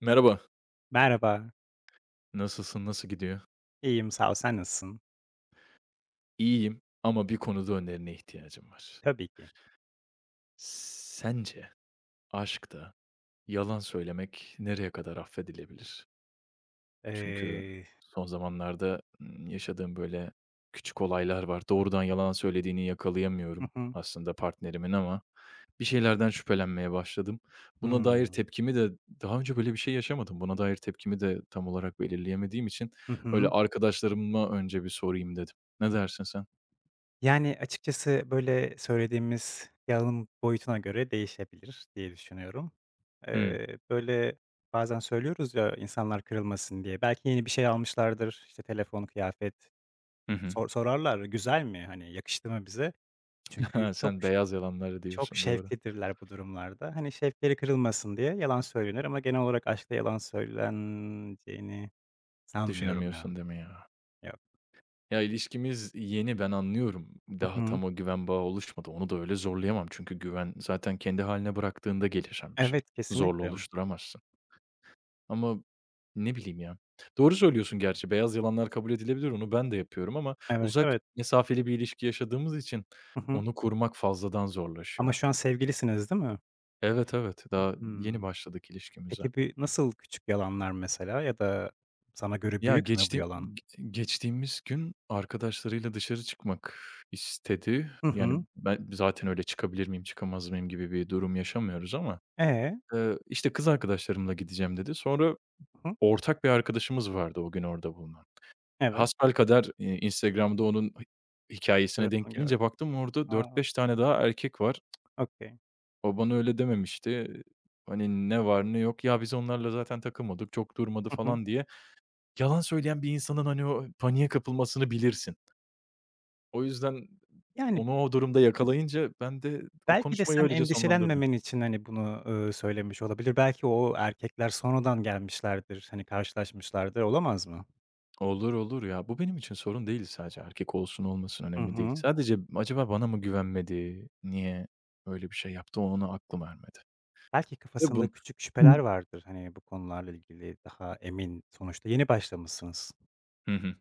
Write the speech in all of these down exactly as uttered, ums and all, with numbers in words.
Merhaba, Merhaba, nasılsın, nasıl gidiyor? iyiyim sağ ol. Sen nasılsın? İyiyim ama bir konuda önerine ihtiyacım var. Tabii ki. Sence aşkta yalan söylemek nereye kadar affedilebilir? Çünkü Eee, son zamanlarda, ımm, yaşadığım, böyle, küçük olaylar var. Doğrudan yalan söylediğini hı yakalayamıyorum hı, aslında partnerimin ama bir şeylerden şüphelenmeye başladım. Buna dair hımm. tepkimi de daha önce böyle bir şey yaşamadım. Buna dair tepkimi de tam olarak belirleyemediğim için, Hı öyle hı. arkadaşlarıma önce bir sorayım dedim. Ne dersin sen? Yani, açıkçası, böyle, söylediğimiz yağın boyutuna göre değişebilir diye düşünüyorum. Hımm. Eee, böyle, bazen söylüyoruz ya insanlar kırılmasın diye. Belki yeni bir şey almışlardır, işte, telefon, kıyafet. Hı hı. Sor sorarlar, "Güzel mi?" hani, "Yakıştı mı bize?" Çünkü Ha, çok sen beyaz yalanları çok diyorsun, doğru. şevklidirler bu durumlarda. Hani, şevkleri kırılmasın diye yalan söylenir ama genel olarak aşkta yalan söyleneceğini sanmıyorum ya. Düşünemiyorsun değil mi ya? Ya. Ya, ilişkimiz yeni, ben anlıyorum. Hı Daha hı. tam o güven bağı oluşmadı. Onu da öyle zorlayamam çünkü güven zaten kendi hâline bıraktığında gelişen bir şey. Evet, Zorla kesinlikle. oluşturamazsın. Ama ne bileyim ya. Doğru söylüyorsun gerçi, beyaz yalanlar kabul edilebilir, onu ben de yapıyorum ama Evet, uzak evet. mesafeli bir ilişki yaşadığımız için Hı hı. onu kurmak fazladan Ama zorlaşıyor. şu an sevgilisiniz, değil mi? Evet, evet, daha yeni Hımm. başladık ilişkimize. Peki, bir nasıl küçük yalanlar mesela ya da sana göre Ya, büyük mü bu geçtiğim yalan? g geçtiğimiz gün arkadaşlarıyla dışarı çıkmak istedi. Hı Yani, hı. ben zaten öyle çıkabilir miyim, çıkamaz mıyım gibi bir durum yaşamıyoruz ama, E? eee, işte, kız arkadaşlarımla gideceğim dedi. Sonra Hı hı. ortak bir arkadaşımız vardı o gün orada bulunan. Evet, Hasbelkader, eee, Instagram'da onun hi hikâyesine denk fotoğrafını gördüm. gelince baktım orada dört A! beş tane daha erkek var. Okay. O bana öyle dememişti. Hani, ne var ne yok, ya, biz onlarla zaten takılmadık, çok durmadı Hı hı. falan diye. Yalan söyleyen bir insanın, hani, o paniğe kapılmasını bilirsin. O yüzden Yani, onu o durumda yakalayınca ben de o belki de konuşmayı sen öylece sonlandırdım. endişelenmemen için, hani, bunu, ııı, söylemiş olabilir. Belki o erkekler sonradan gelmişlerdir, hani, karşılaşmışlardır, olamaz mı? Olur, olur ya. Bu benim için sorun değil sadece. Erkek olsun olmasın Hı önemli değil. hı. Sadece acaba bana mı güvenmedi, niye öyle bir şey yaptı onu aklım ermedi. Belki Ve kafasında bun küçük şüpheler Hı. vardır, hani, bu konularla ilgili daha emin. Sonuçta yeni başlamışsınız. Hı hı.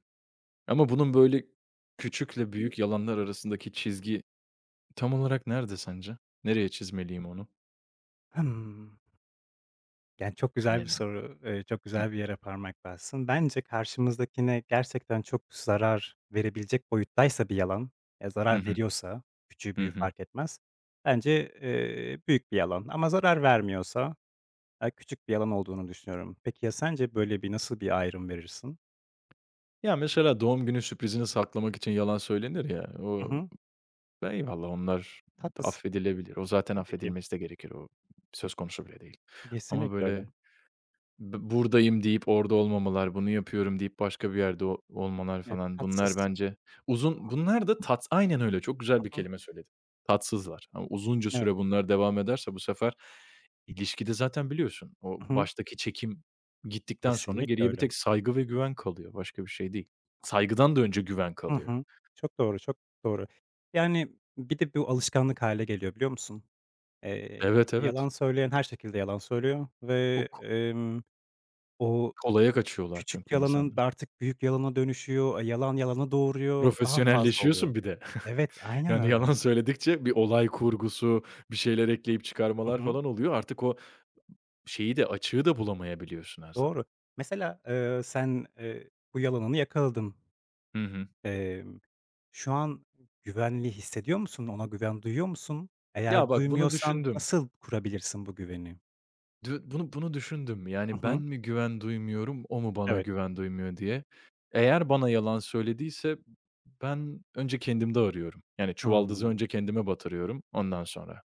Ama bunun böyle küçükle büyük yalanlar arasındaki çizgi tam olarak nerede sence? Nereye çizmeliyim onu? Hımm. Yani, çok güzel Hı bir soru. Eee, çok güzel bir yere parmak bassın. Bence karşımızdakine gerçekten çok zarar verebilecek boyuttaysa bir yalan, ya, Hı zarar hı. veriyorsa, küçüğü Hı büyüğü hı. fark etmez, bence, eee, büyük bir yalan ama zarar vermiyorsa, aaa, küçük bir yalan olduğunu düşünüyorum. Peki ya sence böyle bir nasıl bir ayrım verirsin? Ya, mesela doğum günü sürprizini saklamak için yalan söylenir ya, Hı o hı. ben eyvallah onlar Tatlısın. affedilebilir. O zaten Tabii ki. affedilmesi de gerekir. O söz konusu bile değil. Ama Kesinlikle öyle. böyle B buradayım deyip orada olmamalar, bunu yapıyorum deyip başka bir yerde o olmalar Evet, falan bunlar tatsız. bence uzun bunlar da tat aynen öyle, çok güzel bir kelime söyledin. Tatsızlar ama uzunca Evet. süre bunlar devam ederse bu sefer ilişkide zaten biliyorsun o Hı hı. baştaki çekim gittikten sonra Kesinlikle geriye bir öyle. tek saygı ve güven kalıyor. Başka bir şey değil. Saygıdan da önce güven Hı kalıyor. hı. Çok doğru, çok doğru. Yani, bir de bu alışkanlık hâle geliyor, biliyor musun? Eee, Evet, evet. yalan söyleyen her şekilde yalan söylüyor ve, O ko emm, o kolaya kaçıyorlar küçük çünkü yalanın da insanlar. artık büyük yalana dönüşüyor, e, yalan yalanı doğuruyor, daha fazla oluyor. Profesyonelleşiyorsun bir de. Evet, aynen Yani, öyle. yalan söyledikçe bir olay kurgusu, bir şeyler ekleyip Hı çıkarmalar hı. falan oluyor. Artık o şeyi de, açığı da bulamayabiliyorsun her zaman. Doğru. Mesela, eee, sen, eee, bu yalanını yakaladın. Hı hı. Emm, şu an güvenli hissediyor musun? Ona güven duyuyor musun? Ya, Eğer bak bunu duymuyorsan düşündüm. nasıl kurabilirsin bu güveni? Dü bunu bunu düşündüm. Hı Yani, ben hı. mi güven duymuyorum, o mu bana Evet. güven duymuyor diye. Eğer bana yalan söylediyse ben önce kendimde arıyorum. Yani, çuvaldızı Hımm. önce kendime batırıyorum, ondan sonra.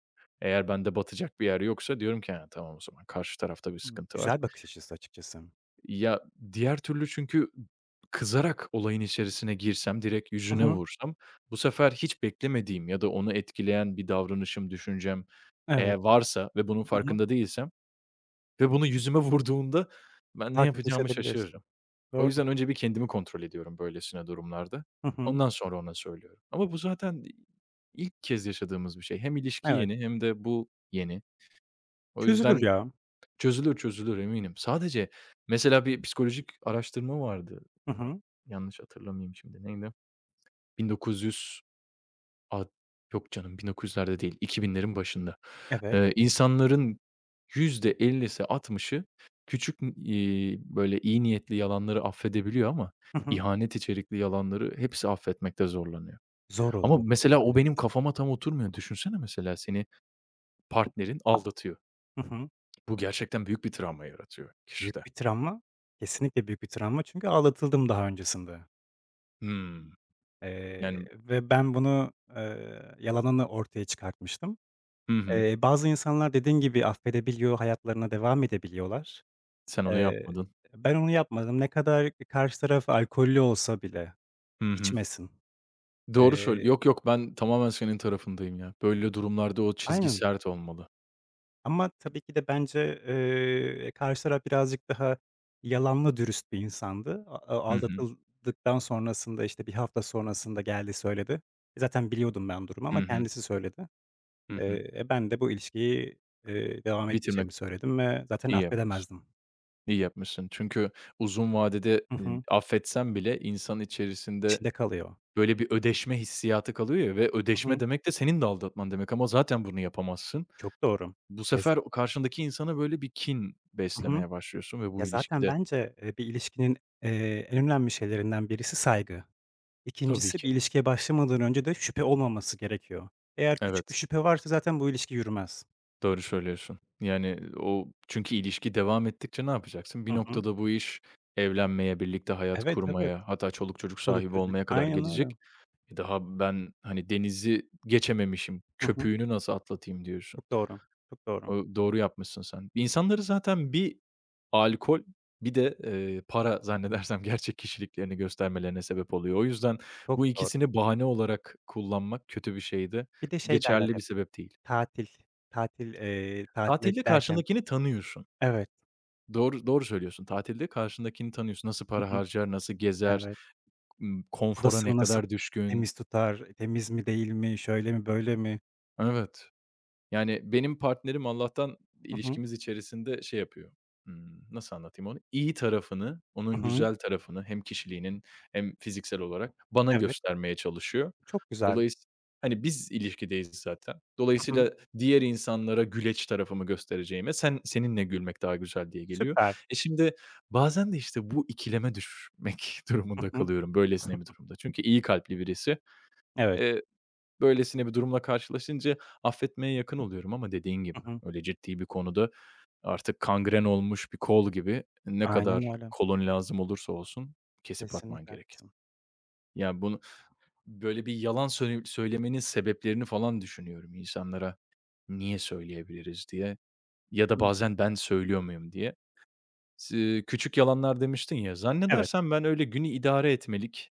Eğer bende batacak bir yer yoksa diyorum ki, "He, tamam o zaman karşı tarafta bir Hımm. sıkıntı var." Güzel bakış açısı açıkçası. Ya, diğer türlü çünkü kızarak olayın içerisine girsem, direkt Hı yüzüne hı. vursam, bu sefer hiç beklemediğim ya da onu etkileyen bir davranışım, düşüncem eğer Evet. varsa ve bunun Hı hı. farkında değilsem ve bunu yüzüme vurduğunda ben ne Daha kötü yapacağımı hissedebilirsin. şaşırırım. O Doğru. yüzden önce bir kendimi kontrol ediyorum böylesine durumlarda. Hı hı. Ondan sonra ona söylüyorum. Ama bu zaten ilk kez yaşadığımız bir şey. Hem ilişki Evet. yeni hem de bu yeni. O Çözülür yüzden. ya. Çözülür, çözülür eminim. Sadece mesela bir psikolojik araştırma vardı. Hı Ya hı. yanlış hatırlamayayım şimdi. Neydi? bin dokuz yüz ad yok canım bin dokuz yüzlerde değil, iki binlerin başında. Evet. Eee, insanların yüzde ellisi altmışı küçük, iii, böyle iyi niyetli yalanları affedebiliyor ama Hı hı. ihanet içerikli yalanları hepsi affetmekte zorlanıyor. Zor olur Ama ama mesela o ihanet. benim kafama tam oturmuyor. Düşünsene mesela seni partnerin aldatıyor. Hı hı. Bu gerçekten büyük bir travma yaratıyor Büyük kişide. bir travma. Kesinlikle büyük bir travma çünkü aldatıldım daha öncesinde. Hımm. Eee, Yani. ve ben bunu, eee, yalanını ortaya çıkartmıştım. Hı hı. Eee, bazı insanlar dediğin gibi affedebiliyor, hayatlarına devam edebiliyorlar. Sen onu Eee, yapmadın. ben onu yapmadım. Ne kadar karşı taraf alkollü olsa bile Hı hı. içmesin. Doğru söyle. Eee, Yok, yok, ben tamamen senin tarafındayım ya. Böyle durumlarda o çizgi aynen sert olmalı. ama tabii ki de bence, eee, karşı taraf birazcık daha yalanla dürüst bir insandı. A a Hı hı. aldatıldıktan sonrasında, işte, bir hafta sonrasında geldi söyledi. E, Zaten biliyordum ben durumu ama Hı hı. kendisi söyledi. Hı hı. Eee, e, ben de bu ilişkiyi, eee, devam Bitirmek etmeyeceğimi söyledim ve zaten iyi yapmışsın. affedemezdim. İyi yapmışsın. Çünkü uzun vadede, Hı eee, hı. affetsen bile insanın içerisinde İçinde kalıyor. böyle bir ödeşme hissiyatı kalıyor ya ve Hı ödeşme hı. demek de senin de aldatman demek ama zaten bunu yapamazsın. Çok doğru. Bu Ya z sefer o karşındaki insana böyle bir kin Hı hı. beslemeye başlıyorsun ve Ya, bu zaten ilişkide. bence, eee, bir ilişkinin, eee, en önemli şeylerinden birisi saygı. Tabii İkincisi bir ki. ilişkiye başlamadan önce de şüphe olmaması gerekiyor. Eğer küçük bir Evet. şüphe varsa zaten bu ilişki yürümez. Doğru söylüyorsun. Yani, o çünkü ilişki devam ettikçe ne yapacaksın? Bir Hı hı. noktada bu iş evlenmeye, birlikte hayat Evet, evet. kurmaya, hatta çoluk çocuk Çoluk sahibi çocuk. olmaya kadar Aynen öyle. gelecek. E, daha ben, hani, denizi geçememişim, Hı hı. köpüğünü nasıl atlatayım diyorsun. Çok doğru. Çok doğru. O doğru yapmışsın sen. İnsanları zaten bir alkol, bir de, eee, para zannedersem gerçek kişiliklerini göstermelerine sebep oluyor. O yüzden bu Çok doğru. ikisini bahane olarak kullanmak kötü bir şeydi. Bir de şey derler Geçerli hep, bir sebep değil. tatil, tatil, eee, tatile Tatilde giderken. karşındakini tanıyorsun. Evet. Doğru doğru söylüyorsun. Tatilde karşındakini tanıyorsun. Nasıl Hı para hı. harcar, nasıl gezer, Evet. ımm, konfora ne Odasını nasıl kadar düşkün. temiz tutar, temiz mi değil mi, şöyle mi böyle mi? Evet. Yani, benim partnerim Allah'tan Hı hı. ilişkimiz içerisinde şey yapıyor, ımm, nasıl anlatayım onu? İyi tarafını, Hı onun hı. güzel tarafını hem kişiliğinin hem fiziksel olarak bana Evet, göstermeye çalışıyor. çok güzel. Dolayısıyla hani biz ilişkideyiz zaten. Hı hı. Dolayısıyla diğer insanlara güleç tarafımı göstereceğime sen seninle gülmek daha güzel diye geliyor. Süper. E, şimdi bazen de işte bu ikileme düşmek Hı durumunda hı. kalıyorum böylesine bir durumda. Çünkü iyi kalpli birisi. Evet. Eee, böylesine bir durumla karşılaşınca affetmeye yakın oluyorum ama dediğin gibi Hı hı. öyle ciddi bir konuda artık kangren olmuş bir kol gibi ne kadar Aynen öyle. kolun lazım olursa olsun kesip atman Kesinlikle gerek. haklısın. Yani bunu. Böyle bir yalan söyle söylemenin sebeplerini falan düşünüyorum insanlara, "Niye söyleyebiliriz?" diye ya da Hımm. bazen "Ben söylüyor muyum?" diye. Sı küçük yalanlar demiştin ya, Evet, zannedersem ben öyle günü idare etmelik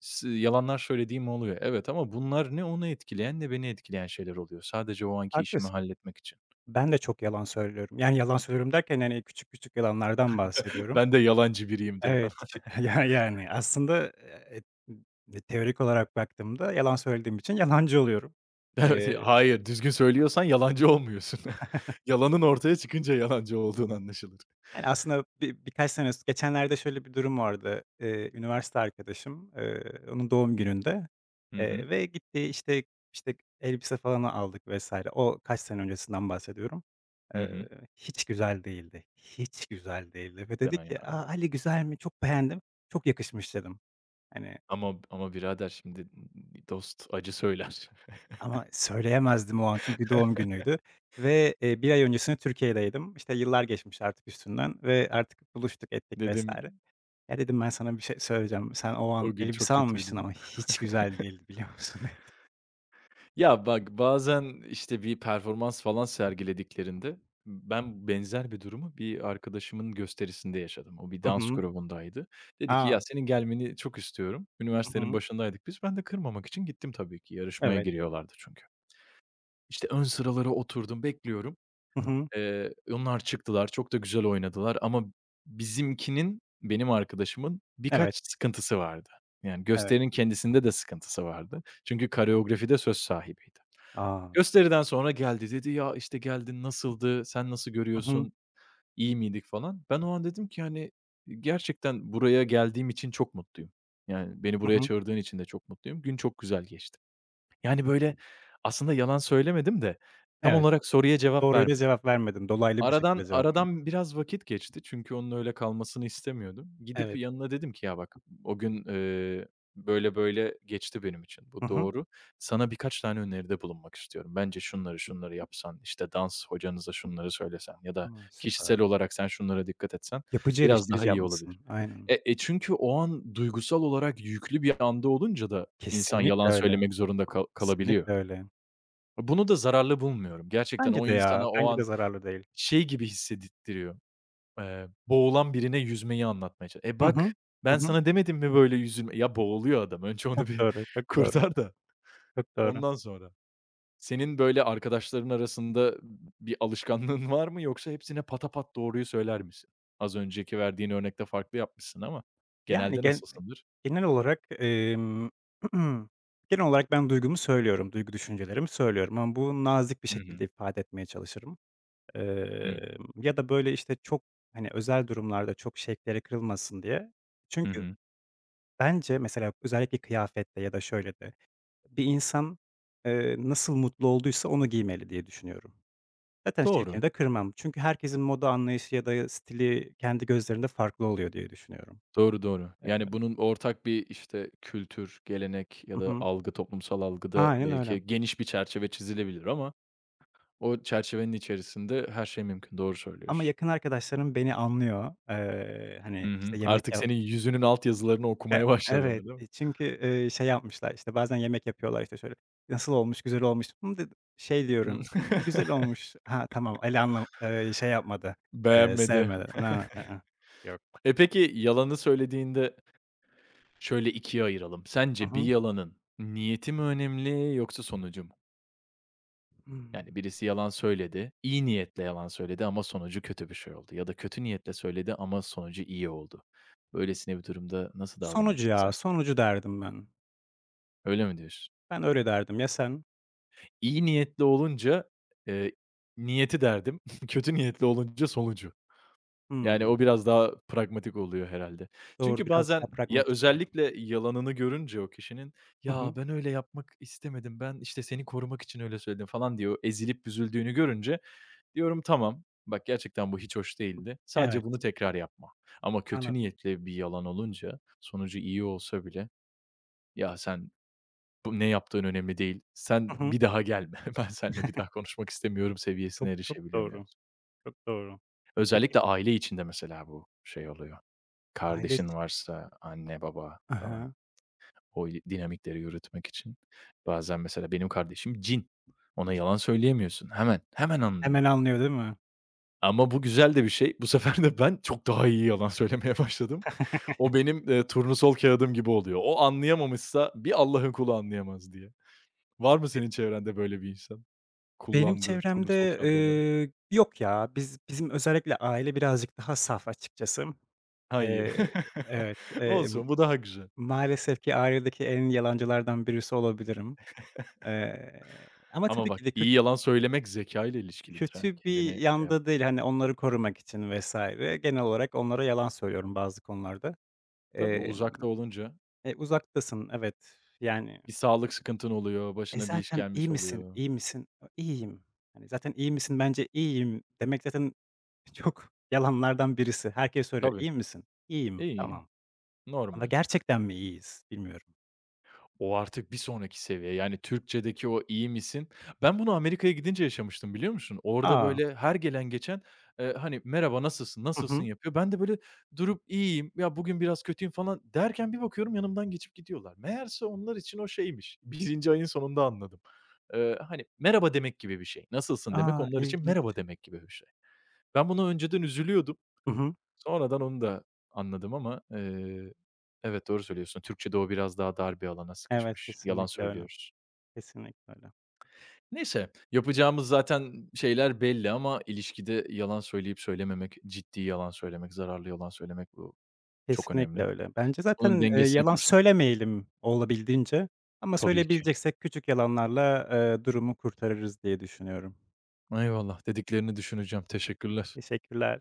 s yalanlar söylediğim oluyor. Evet ama bunlar ne onu etkileyen ne beni etkileyen şeyler oluyor. Sadece o anki işimi haklısın. halletmek için. Ben de çok yalan söylüyorum. Yani, yalan söylüyorum derken, yani küçük küçük yalanlardan bahsediyorum. Ben de yalancı biriyimdir Evet, falan. çı ya, yani, aslında, eee, teorik olarak baktığımda yalan söylediğim için yalancı oluyorum. Evet, Eee hayır, düzgün söylüyorsan yalancı olmuyorsun. Yalanın ortaya çıkınca yalancı olduğun anlaşılır. Yani, aslında bir birkaç sene geçenlerde şöyle bir durum vardı. Eee, üniversite arkadaşım, eee, onun doğum gününde, Hı hı. eee, ve gitti, işte işte elbise falan aldık vesaire. O kaç sene öncesinden bahsediyorum. Hı Eee, hı. hiç güzel değildi. Hiç güzel değildi ve dedi Deme ki, ya. "A, Ali güzel mi? Çok beğendim. Çok yakışmış." dedim. Hani, Ama ama birader şimdi dost acı söyler. ama söyleyemezdim o an çünkü doğum günüydü ve, eee, bir ay öncesine Türkiye'deydim. İşte yıllar geçmiş artık üstünden ve artık buluştuk ettik vesaire. Dedim Ya, dedim, "Ben sana bir şey söyleyeceğim. Sen o an o gün çok elbise almıştın kötüydü. ama hiç güzel değildi, biliyor musun?" dedi. Ya, bak bazen, işte, bir performans falan sergilediklerinde ben benzer bir durumu bir arkadaşımın gösterisinde yaşadım. O bir Hı dans hı. grubundaydı. Dedi ki, "Ya, A! senin gelmeni çok istiyorum." Hı Üniversitenin hı. başındaydık biz. Ben de kırmamak için gittim tabii ki. Yarışmaya Evet. giriyorlardı çünkü. İşte, ön sıralara oturdum, bekliyorum. Hı hı. Eee, onlar çıktılar, çok da güzel oynadılar ama bizimkinin, benim arkadaşımın birkaç Evet, sıkıntısı vardı. Yani evet. gösterinin kendisinde de sıkıntısı vardı. Çünkü koreografide söz sahibiydi. A! Gösteriden sonra geldi, dedi, "Ya, işte, geldin, nasıldı, sen nasıl Hı hı. görüyorsun, iyi miydik?" falan. Ben o an dedim ki, hani, "Gerçekten buraya geldiğim için çok mutluyum. Yani beni Hı buraya hı. çağırdığın için de çok mutluyum. Gün çok güzel geçti." Yani, böyle, aslında yalan söylemedim de tam Evet. olarak soruya cevap Doğruyla vermedim. cevap vermedim. Dolaylı bir şekilde Aradan cevap vermedim. aradan biraz vakit geçti çünkü onun öyle kalmasını istemiyordum. Gidip Evet. yanına dedim ki, "Ya bak o gün, eee, böyle böyle geçti benim için. Hı Bu hı. doğru. Sana birkaç tane öneride bulunmak istiyorum. Bence şunları şunları yapsan, işte dans hocanıza şunları söylesen ya da A, süper. kişisel olarak sen şunlara dikkat etsen Yapıcı biraz daha eleştirici iyi olabilir." yapmışsın. Aynen. E e, çünkü o an duygusal olarak yüklü bir anda olunca da insan Kesinlikle yalan öyle. söylemek zorunda kal kalabiliyor. Kesinlikle öyle. Bunu da zararlı bulmuyorum. Gerçekten Bence o de ya. insana o Bence de an zararlı değil. şey gibi hissettiriyor eee, boğulan birine yüzmeyi anlatmaya çalış, "E, Hı hı. bak, ben Hı hı. sana demedim mi böyle yüzülme." Ya, boğuluyor adam, önce onu Çok bir doğru, çok doğru, kurtar da çok doğru. ondan sonra. Senin böyle arkadaşların arasında bir alışkanlığın var mı yoksa hepsine patapat doğruyu söyler misin? Az önceki verdiğin örnekte farklı yapmışsın ama Yani, genelde gen nasılsındır? genel olarak, emm, genel olarak ben duygumu söylüyorum, duygu düşüncelerimi söylüyorum ama bu nazik bir Hı şekilde hı. ifade etmeye çalışırım. Hı. Emm, ya da, böyle, işte, çok, hani, özel durumlarda çok şevkleri kırılmasın diye. Hı Çünkü hı. bence mesela özellikle kıyafette ya da şöyle de bir insan, eee, nasıl mutlu olduysa onu giymeli diye düşünüyorum. Zaten şevkini Doğru. de kırmam. Çünkü herkesin moda anlayışı ya da stili kendi gözlerinde farklı oluyor diye düşünüyorum. Doğru, doğru. Eee, Yani, bunun ortak bir, işte, kültür, gelenek ya Hı da hı. algı, toplumsal algıda Aynen öyle. belki geniş bir çerçeve çizilebilir ama. O çerçevenin içerisinde her şey mümkün. Doğru Ama söylüyorsun. yakın arkadaşlarım beni anlıyor. Eee, hani, Hı hı. işte, yemek Artık yap senin yüzünün altyazılarını E okumaya başladılar, evet, değil mi? e, çünkü, eee, şey yapmışlar, işte, bazen yemek yapıyorlar, işte, şöyle, "Nasıl olmuş, güzel olmuş?" "Hımm." dedi. Şey diyorum, "Hımm, güzel olmuş." Ha, tamam, Ali anlam eee, şey yapmadı, eee, Beğenmedi. sevmedi. Na ı-ıh, yok. E, peki yalanı söylediğinde şöyle ikiye ayıralım. Hı Sence bir hı. yalanın niyeti mi önemli yoksa sonucu mu? Hımm. Yani birisi yalan söyledi, iyi niyetle yalan söyledi ama sonucu kötü bir şey oldu ya da kötü niyetle söyledi ama sonucu iyi oldu. Böylesine bir durumda nasıl Sonucu davranırsın ya, sen? sonucu derdim ben. Öyle mi diyorsun? Ben öyle derdim. Ya sen? İyi niyetli olunca, eee, niyeti derdim, kötü niyetli olunca sonucu. Yani Hımm, o biraz daha pragmatik oluyor herhalde. doğru, Çünkü biraz daha bazen ya pragmatik oluyor. özellikle yalanını görünce o kişinin, Hı "Ya, hı. ben öyle yapmak istemedim, ben, işte, seni korumak için öyle söyledim." falan diyor. Ezilip üzüldüğünü görünce diyorum, "Tamam, bak gerçekten bu hiç hoş değildi. Sadece Evet, bunu tekrar yapma." Ama kötü anladım. niyetli bir yalan olunca sonucu iyi olsa bile, "Ya, sen bu ne yaptığın önemli değil. Hı Sen hı. bir daha gelme. Ben seninle bir daha konuşmak istemiyorum Çok, seviyesine çok erişebiliyor muyuz? doğru, çok doğru. Özellikle aile içinde mesela bu şey oluyor. Aile Kardeşin içi varsa anne, baba Hı falan hı. o il dinamikleri yürütmek için. Bazen mesela benim kardeşim cin. Ona yalan söyleyemiyorsun. Hemen, hemen anlıyor. Hemen anlıyor değil mi? Ama bu güzel de bir şey. Bu sefer de ben çok daha iyi yalan söylemeye başladım. O benim, eee, turnusol kağıdım gibi oluyor. O anlayamamışsa bir Allah'ın kulu anlayamaz diye. Var mı Be senin çevrende böyle bir insan? benim Kullandığın turnusol çevremde, kâğıdı olarak. eee, yok ya. Biz bizim özellikle aile birazcık daha saf açıkçası. Ha, iyi. Eee, evet, eee, Olsun, bu daha güzel. maalesef ki ailedeki en yalancılardan birisi olabilirim. Eee, ama Ama tabii bak, ki de kötü iyi yalan söylemek zekâyla ilişkilidir ha. kötü Kendine. bir Şey yap yanda değil, hani, onları korumak için vesaire genel olarak onlara yalan söylüyorum bazı konularda. Tabii, Emm, uzakta olunca e, uzaktasın, evet, yani, bir sağlık sıkıntın oluyor, e, başına bir iş zaten iyi gelmiş misin, oluyor. iyi misin? A, iyiyim. Hani, zaten iyi misin? Bence iyiyim demek zaten çok yalanlardan birisi. Herkes soruyor, Tabii. "İyi misin?" "İyiyim." İyi, "Tamam." Ama normal. gerçekten mi iyiyiz bilmiyorum. O artık bir sonraki seviye. Yani Türkçedeki o "iyi misin?" Ben bunu Amerika'ya gidince yaşamıştım, biliyor musun? Orada A! böyle her gelen geçen, eee, hani, "Merhaba, nasılsın, Hı nasılsın?" hı. yapıyor. Ben de böyle durup "İyiyim, ya bugün biraz kötüyüm." falan derken bir bakıyorum yanımdan geçip gidiyorlar. Meğerse onlar için o şeymiş. birinci ayın sonunda anladım. Eee, hani, merhaba demek gibi bir şey. Nasılsın demek A! onlar için merhaba İlginç. demek gibi bir şey. Ben buna önceden üzülüyordum. Hı hı. Sonradan onu da anladım ama, eee, evet, doğru söylüyorsun. Türkçe'de o biraz daha dar bir alana Evet, sıkışmış. Yalan kesinlikle öyle. söylüyoruz. Kesinlikle öyle. Neyse, yapacağımız zaten şeyler belli ama ilişkide yalan söyleyip söylememek, ciddi yalan söylemek, zararlı yalan söylemek bu çok Kesinlikle önemli. öyle. Bence Bunun zaten, eee, dengesini yalan kursak. söylemeyelim olabildiğince ama Tabii ki. söyleyebileceksek küçük yalanlarla, eee, durumu kurtarırız diye düşünüyorum. Eyvallah, dediklerini düşüneceğim. Teşekkürler. Teşekkürler.